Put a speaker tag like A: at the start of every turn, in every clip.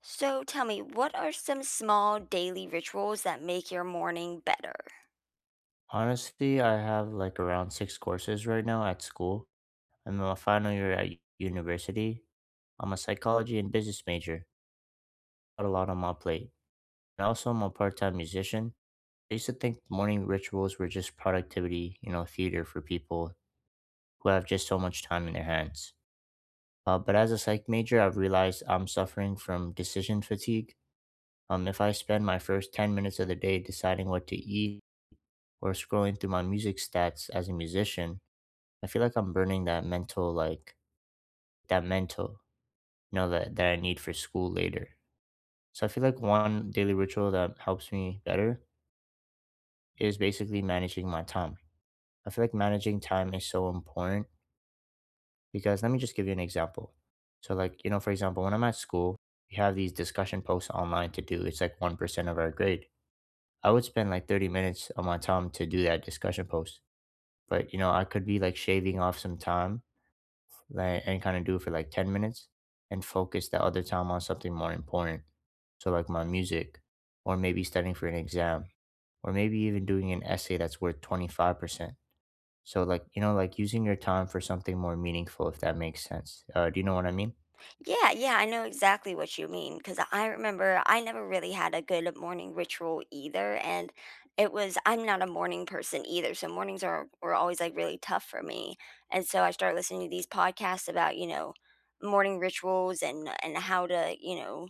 A: So tell me, what are some small daily rituals that make your morning better?
B: Honestly, I have like around six courses right now at school. I'm in my final year at university. I'm a psychology and business major. Got a lot on my plate. And also, I'm a part time musician. I used to think morning rituals were just productivity, theater for people who have just so much time in their hands. But as a psych major, I've realized I'm suffering from decision fatigue. If I spend my first 10 minutes of the day deciding what to eat or scrolling through my music stats as a musician, I feel like I'm burning that mental, like that mental, you know, that, that I need for school later. So I feel like one daily ritual that helps me better is basically managing my time. I feel like managing time is so important because let me just give you an example. So, like, for example, when I'm at school, we have these discussion posts online to do. It's like 1% of our grade. I would spend like 30 minutes of my time to do that discussion post. But, I could be like shaving off some time like and kind of do for like 10 minutes and focus the other time on something more important. So like my music, or maybe studying for an exam, or maybe even doing an essay that's worth 25%. So like, like using your time for something more meaningful if that makes sense. Do you know what I mean?
A: Yeah, yeah, I know exactly what you mean because I remember I never really had a good morning ritual either. And it was, I'm not a morning person either. So mornings are were always like really tough for me. And so I started listening to these podcasts about, you know, morning rituals and how to, you know,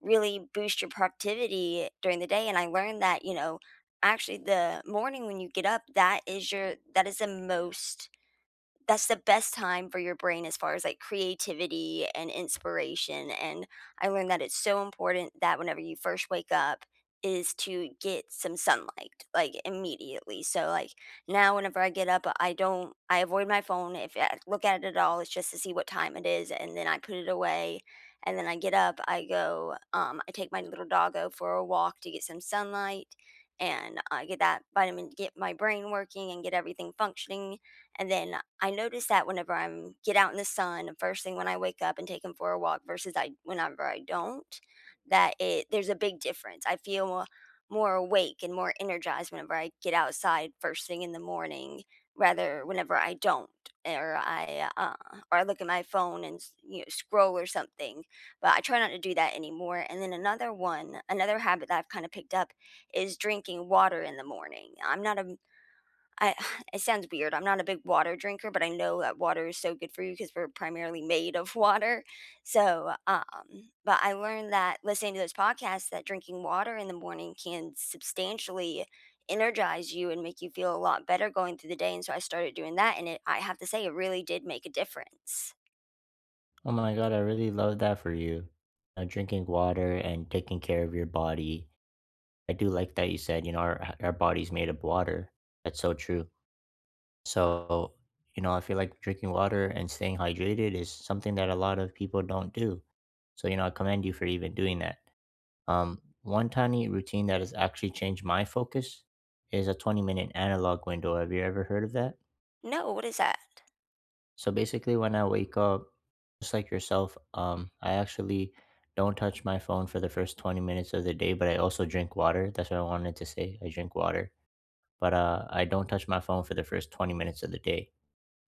A: really boost your productivity during the day. And I learned that, you know, actually the morning when you get up, that is your that is the most that's the best time for your brain as far as like creativity and inspiration. And I learned that it's so important that whenever you first wake up is to get some sunlight like immediately. So like now whenever I get up, I avoid my phone. If I look at it at all, it's just to see what time it is and then I put it away. And then I get up, I go, I take my little doggo for a walk to get some sunlight and I get that vitamin, get my brain working and get everything functioning. And then I notice that whenever I'm get out in the sun, and first thing when I wake up and take him for a walk versus I whenever I don't, that it there's a big difference. I feel more awake and more energized whenever I get outside first thing in the morning, rather whenever I don't, or I uh, or I look at my phone and you know, scroll or something. But I try not to do that anymore. And then another habit that I've kind of picked up is drinking water in the morning. I'm not a I it sounds weird, I'm not a big water drinker, but I know that water is so good for you because 'cause we're primarily made of water, so, but I learned that listening to those podcasts that drinking water in the morning can substantially energize you and make you feel a lot better going through the day, and so I started doing that, and it I have to say, it really did make a difference.
B: Oh my God, I really love that for you. Drinking water and taking care of your body. I do like that you said, our body's made of water. That's so true. So, I feel like drinking water and staying hydrated is something that a lot of people don't do. So, I commend you for even doing that. One tiny routine that has actually changed my focus is a 20-minute analog window. Have you ever heard of that?
A: No, what is that?
B: So basically, when I wake up, just like yourself, I actually don't touch my phone for the first 20 minutes of the day, but I also drink water. That's what I wanted to say. I drink water, but I don't touch my phone for the first 20 minutes of the day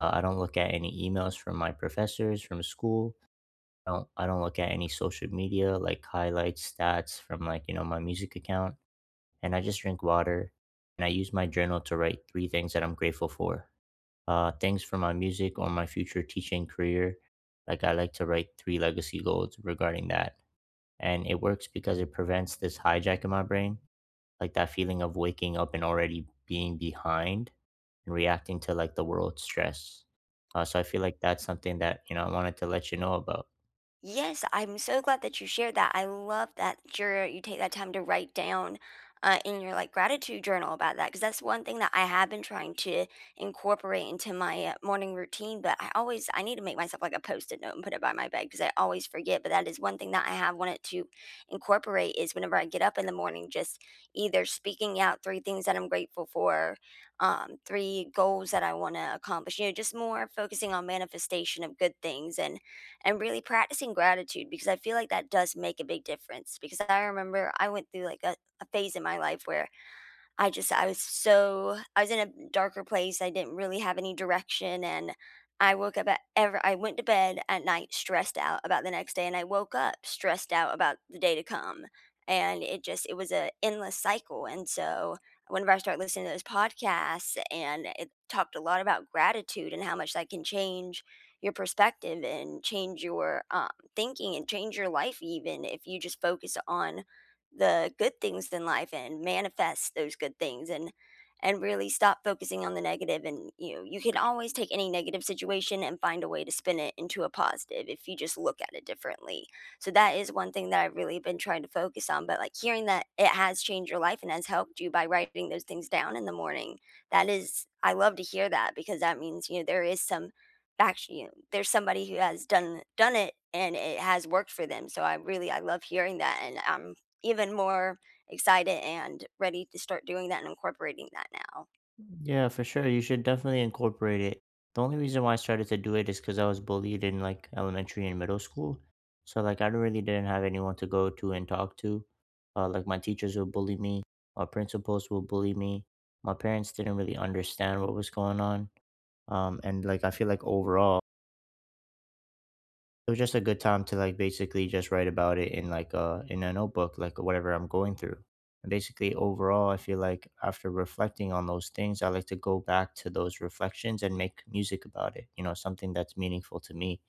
B: Uh, I don't look at any emails from my professors from school. I don't look at any social media like highlights, stats from like, my music account. And I just drink water, and I use my journal to write three things that I'm grateful for. Things for my music or my future teaching career. Like I like to write three legacy goals regarding that. And it works because it prevents this hijack in my brain, like that feeling of waking up and already being behind and reacting to like the world stress. So I feel like that's something that I wanted to let you know about.
A: Yes, I'm so glad that you shared that. I love that you take that time to write down in your like gratitude journal about that because that's one thing that I have been trying to incorporate into my morning routine. But I need to make myself like a post-it note and put it by my bed because I always forget. But that is one thing that I have wanted to incorporate is whenever I get up in the morning, just either speaking out three things that I'm grateful for, three goals that I want to accomplish. You know, just more focusing on manifestation of good things and really practicing gratitude because I feel like that does make a big difference. Because I remember I went through a phase in my life where I just I was so I was in a darker place, I didn't really have any direction, and I woke up at ever I went to bed at night stressed out about the next day, and I woke up stressed out about the day to come, and it was a endless cycle, and so whenever I start listening to those podcasts, and it talked a lot about gratitude and how much that can change your perspective and change your thinking and change your life even if you just focus on the good things in life and manifest those good things and really stop focusing on the negative. And you know you can always take any negative situation and find a way to spin it into a positive if you just look at it differently. So that is one thing that I've really been trying to focus on. But like hearing that it has changed your life and has helped you by writing those things down in the morning, that is, I love to hear that, because that means, you know, there is some, actually, you know, there's somebody who has done it and it has worked for them. So I really, I love hearing that, and I'm even more excited and ready to start doing that and incorporating that now.
B: Yeah, for sure. You should definitely incorporate it. The only reason why I started to do it is because I was bullied in like elementary and middle school. So like I really didn't have anyone to go to and talk to. Like my teachers would bully me, my principals would bully me. My parents didn't really understand what was going on. And like I feel like overall it was just a good time to like basically just write about it in like a notebook, like whatever I'm going through. And basically, overall, I feel like after reflecting on those things, I like to go back to those reflections and make music about it, something that's meaningful to me.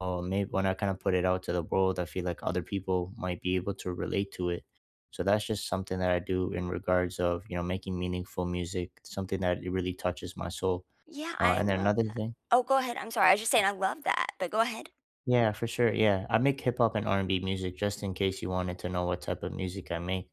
B: Or maybe when I kind of put it out to the world, I feel like other people might be able to relate to it. So that's just something that I do in regards of making meaningful music, something that it really touches my soul.
A: Yeah,
B: uh,
A: I
B: and then
A: love
B: another
A: that.
B: thing.
A: Oh, go ahead. I'm sorry. I was just saying I love that, but go ahead.
B: Yeah, for sure. Yeah, I make hip hop and R&B music just in case you wanted to know what type of music I make.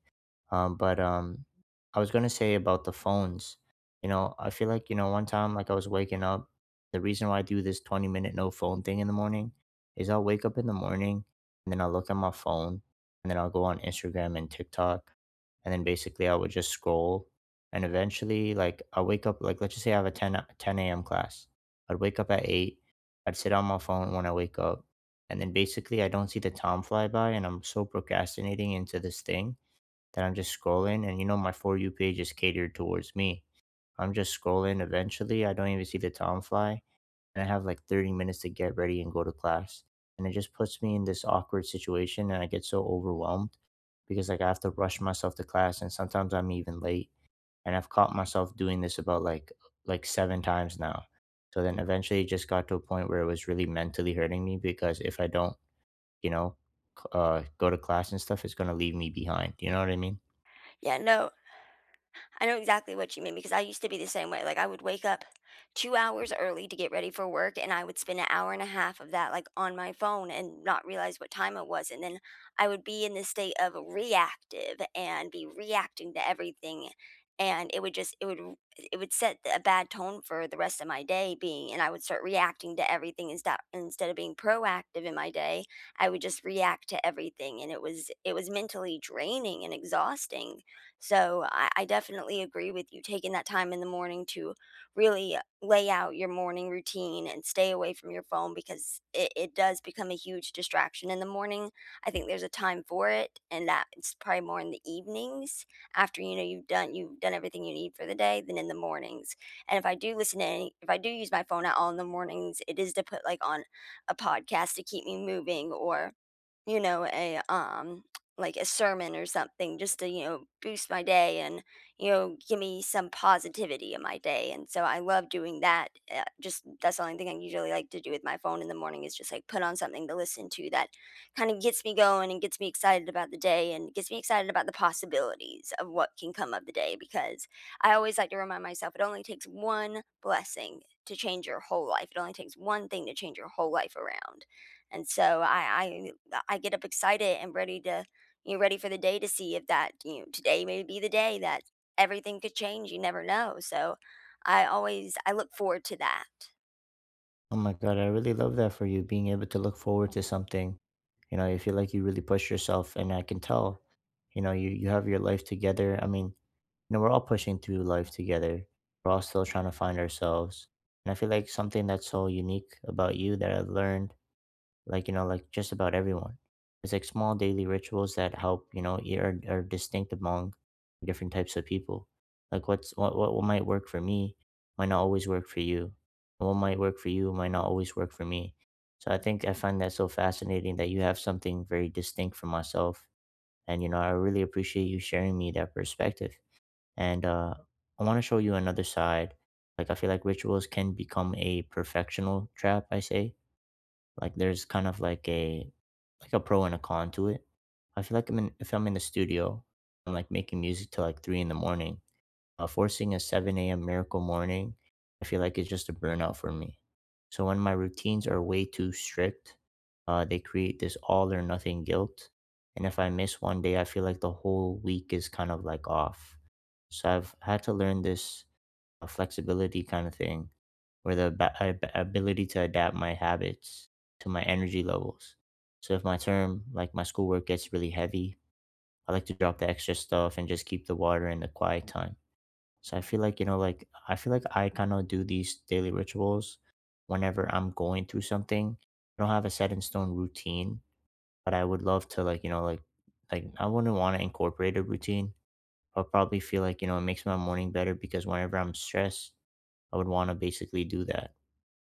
B: But I was gonna say about the phones. I feel like one time like I was waking up. The reason why I do this 20 minute no phone thing in the morning is I'll wake up in the morning, and then I'll look at my phone, and then I'll go on Instagram and TikTok, and then basically I would just scroll, and eventually, like, I wake up like, let's just say I have a 10 a.m. class. I'd wake up at 8. I'd sit on my phone when I wake up, and then basically I don't see the time fly by, and I'm so procrastinating into this thing that I'm just scrolling, and my for you page is catered towards me. I'm just scrolling eventually. I don't even see the time fly, and I have like 30 minutes to get ready and go to class. And it just puts me in this awkward situation, and I get so overwhelmed because like I have to rush myself to class, and sometimes I'm even late. And I've caught myself doing this about like seven times now. So then, eventually, it just got to a point where it was really mentally hurting me because if I don't, you know, go to class and stuff, it's going to leave me behind. You know what I mean?
A: Yeah, no, I know exactly what you mean because I used to be the same way. Like I would wake up 2 hours early to get ready for work and I would spend an hour and a half of that like on my phone and not realize what time it was. And then I would be in this state of reactive and be reacting to everything and it would it would set a bad tone for the rest of my day being and I would start reacting to everything instead of being proactive in my day. I would just react to everything and it was mentally draining and exhausting. So I definitely agree with you taking that time in the morning to really lay out your morning routine and stay away from your phone because it does become a huge distraction in the morning. I think there's a time for it and that it's probably more in the evenings after, you know, you've done everything you need for the day, than in the mornings. And if I do listen to any if I do use my phone at all in the mornings, it is to put like on a podcast to keep me moving or, you know, a like a sermon or something just to, you know, boost my day and, you know, give me some positivity in my day. And so I love doing that. Just that's the only thing I usually like to do with my phone in the morning is just like put on something to listen to that kind of gets me going and gets me excited about the day and gets me excited about the possibilities of what can come of the day, because I always like to remind myself it only takes one blessing to change your whole life. It only takes one thing to change your whole life around. And so I get up excited and ready to, you know, ready for the day to see if that, you know, today may be the day that everything could change. You never know. So I look forward to that.
B: Oh my God, I really love that for you, being able to look forward to something. You feel like you really push yourself, and I can tell, you have your life together. I mean, we're all pushing through life together. We're all still trying to find ourselves. And I feel like something that's so unique about you that I learned like just about everyone, it's like small daily rituals that help, are, distinct among different types of people, like what's what might work for me might not always work for you, and what might work for you might not always work for me. So I think I find that so fascinating that you have something very distinct from myself, and I really appreciate you sharing me that perspective. And I want to show you another side. Like I feel like rituals can become a perfectional trap, I say. Like there's kind of like a pro and a con to it. I feel like I'm in, if I'm in the studio and like making music till like 3 in the morning, forcing a 7 a.m. miracle morning, I feel like it's just a burnout for me. So when my routines are way too strict, they create this all or nothing guilt. And if I miss one day, I feel like the whole week is kind of like off. So I've had to learn this a flexibility kind of thing, or the ability to adapt my habits to my energy levels. So if my term, like my schoolwork, gets really heavy, I like to drop the extra stuff and just keep the water and the quiet time. So I feel like I kind of do these daily rituals whenever I'm going through something. I don't have a set in stone routine, but I would love to like I wouldn't want to incorporate a routine. I'll probably feel like it makes my morning better because whenever I'm stressed, I would want to basically do that.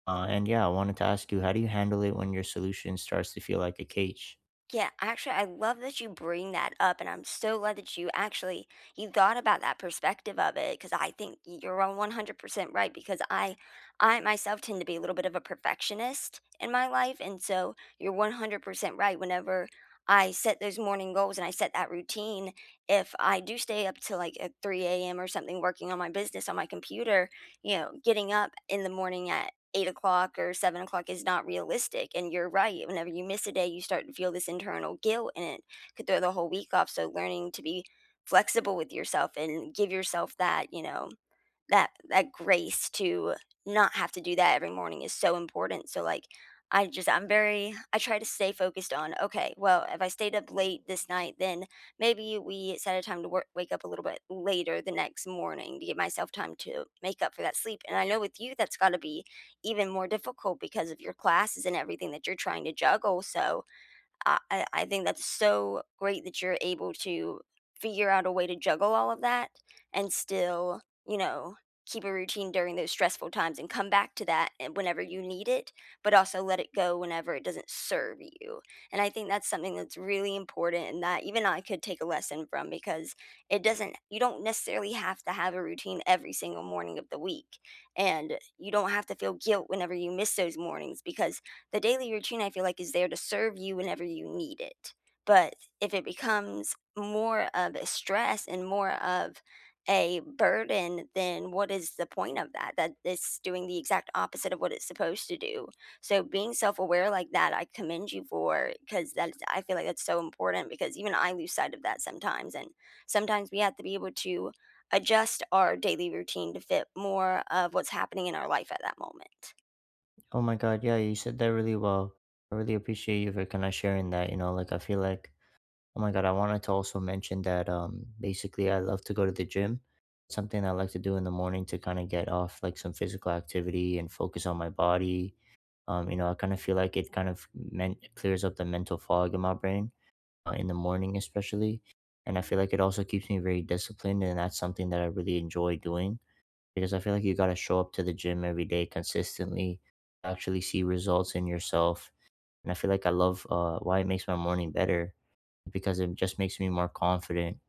B: And yeah, I wanted to ask you, how do you handle it when your solution starts to feel like a cage?
A: Yeah, actually, I love that you bring that up, and I'm so glad that you thought about that perspective of it because I think you're on 100% right. Because I myself tend to be a little bit of a perfectionist in my life, and so you're 100% right. Whenever I set those morning goals and I set that routine, if I do stay up to like at 3 a.m. or something working on my business on my computer, you know, getting up in the morning at 8 o'clock or 7 o'clock is not realistic, and you're right, whenever you miss a day, you start to feel this internal guilt, and it could throw the whole week off. So learning to be flexible with yourself and give yourself that, you know, that grace to not have to do that every morning is so important. So like I'm very, I try to stay focused on, okay, well, if I stayed up late this night, then maybe we set a time to work, wake up a little bit later the next morning to give myself time to make up for that sleep. And I know with you that's got to be even more difficult because of your classes and everything that you're trying to juggle. So, I think that's so great that you're able to figure out a way to juggle all of that and still, you know, keep a routine during those stressful times and come back to that and whenever you need it, but also let it go whenever it doesn't serve you. And I think that's something that's really important and that even I could take a lesson from, because it doesn't you don't necessarily have to have a routine every single morning of the week. And you don't have to feel guilt whenever you miss those mornings, because the daily routine, I feel like, is there to serve you whenever you need it. But if it becomes more of a stress and more of a burden, then what is the point of that? That it's doing the exact opposite of what it's supposed to do. So being self-aware like that, I commend you for, because that, I feel like that's so important, because even I lose sight of that sometimes. And sometimes we have to be able to adjust our daily routine to fit more of what's happening in our life at that moment.
B: Oh my God, yeah, you said that really well. I really appreciate you for kind of sharing that. Oh my God, I wanted to also mention that basically I love to go to the gym. Something I like to do in the morning to kind of get off like some physical activity and focus on my body. I kind of feel like it kind of clears up the mental fog in my brain. In the morning especially, and I feel like it also keeps me very disciplined, and that's something that I really enjoy doing because I feel like you got to show up to the gym every day consistently, actually see results in yourself. And I feel like I love, why it makes my morning better, because it just makes me more confident,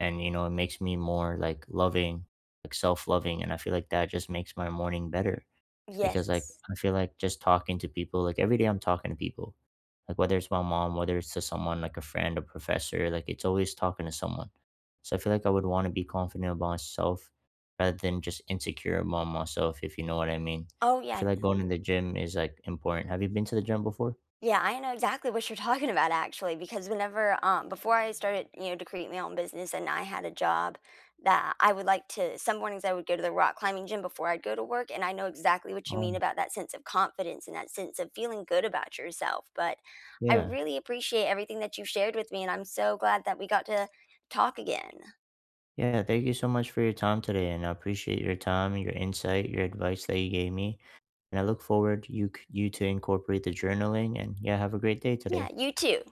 B: and it makes me more like loving, like self-loving, and I feel like that just makes my morning better. Because, like,
A: Yes.
B: I feel like just talking to people, like, every day I'm talking to people, like, whether it's my mom, whether it's to someone like a friend or professor, like, it's always talking to someone. So I feel like I would want to be confident about myself rather than just insecure about myself, if you know what I mean.
A: Oh
B: I
A: yeah.
B: feel like going to the gym is, like, important. Have you been to the gym before?
A: Yeah, I know exactly what you're talking about actually, because whenever before I started, you know, to create my own business and I had a job that I would like to some mornings I would go to the rock climbing gym before I'd go to work, and I know exactly what you mean
B: Oh,
A: about that sense of confidence and that sense of feeling good about yourself. But I
B: yeah.
A: really appreciate everything that you shared with me and I'm so glad that we got to talk again.
B: Yeah, thank you so much for your time today, and I appreciate your time, your insight, your advice that you gave me, and I look forward you to incorporate the journaling, and yeah, have a great day
A: Yeah,
B: today.
A: you too.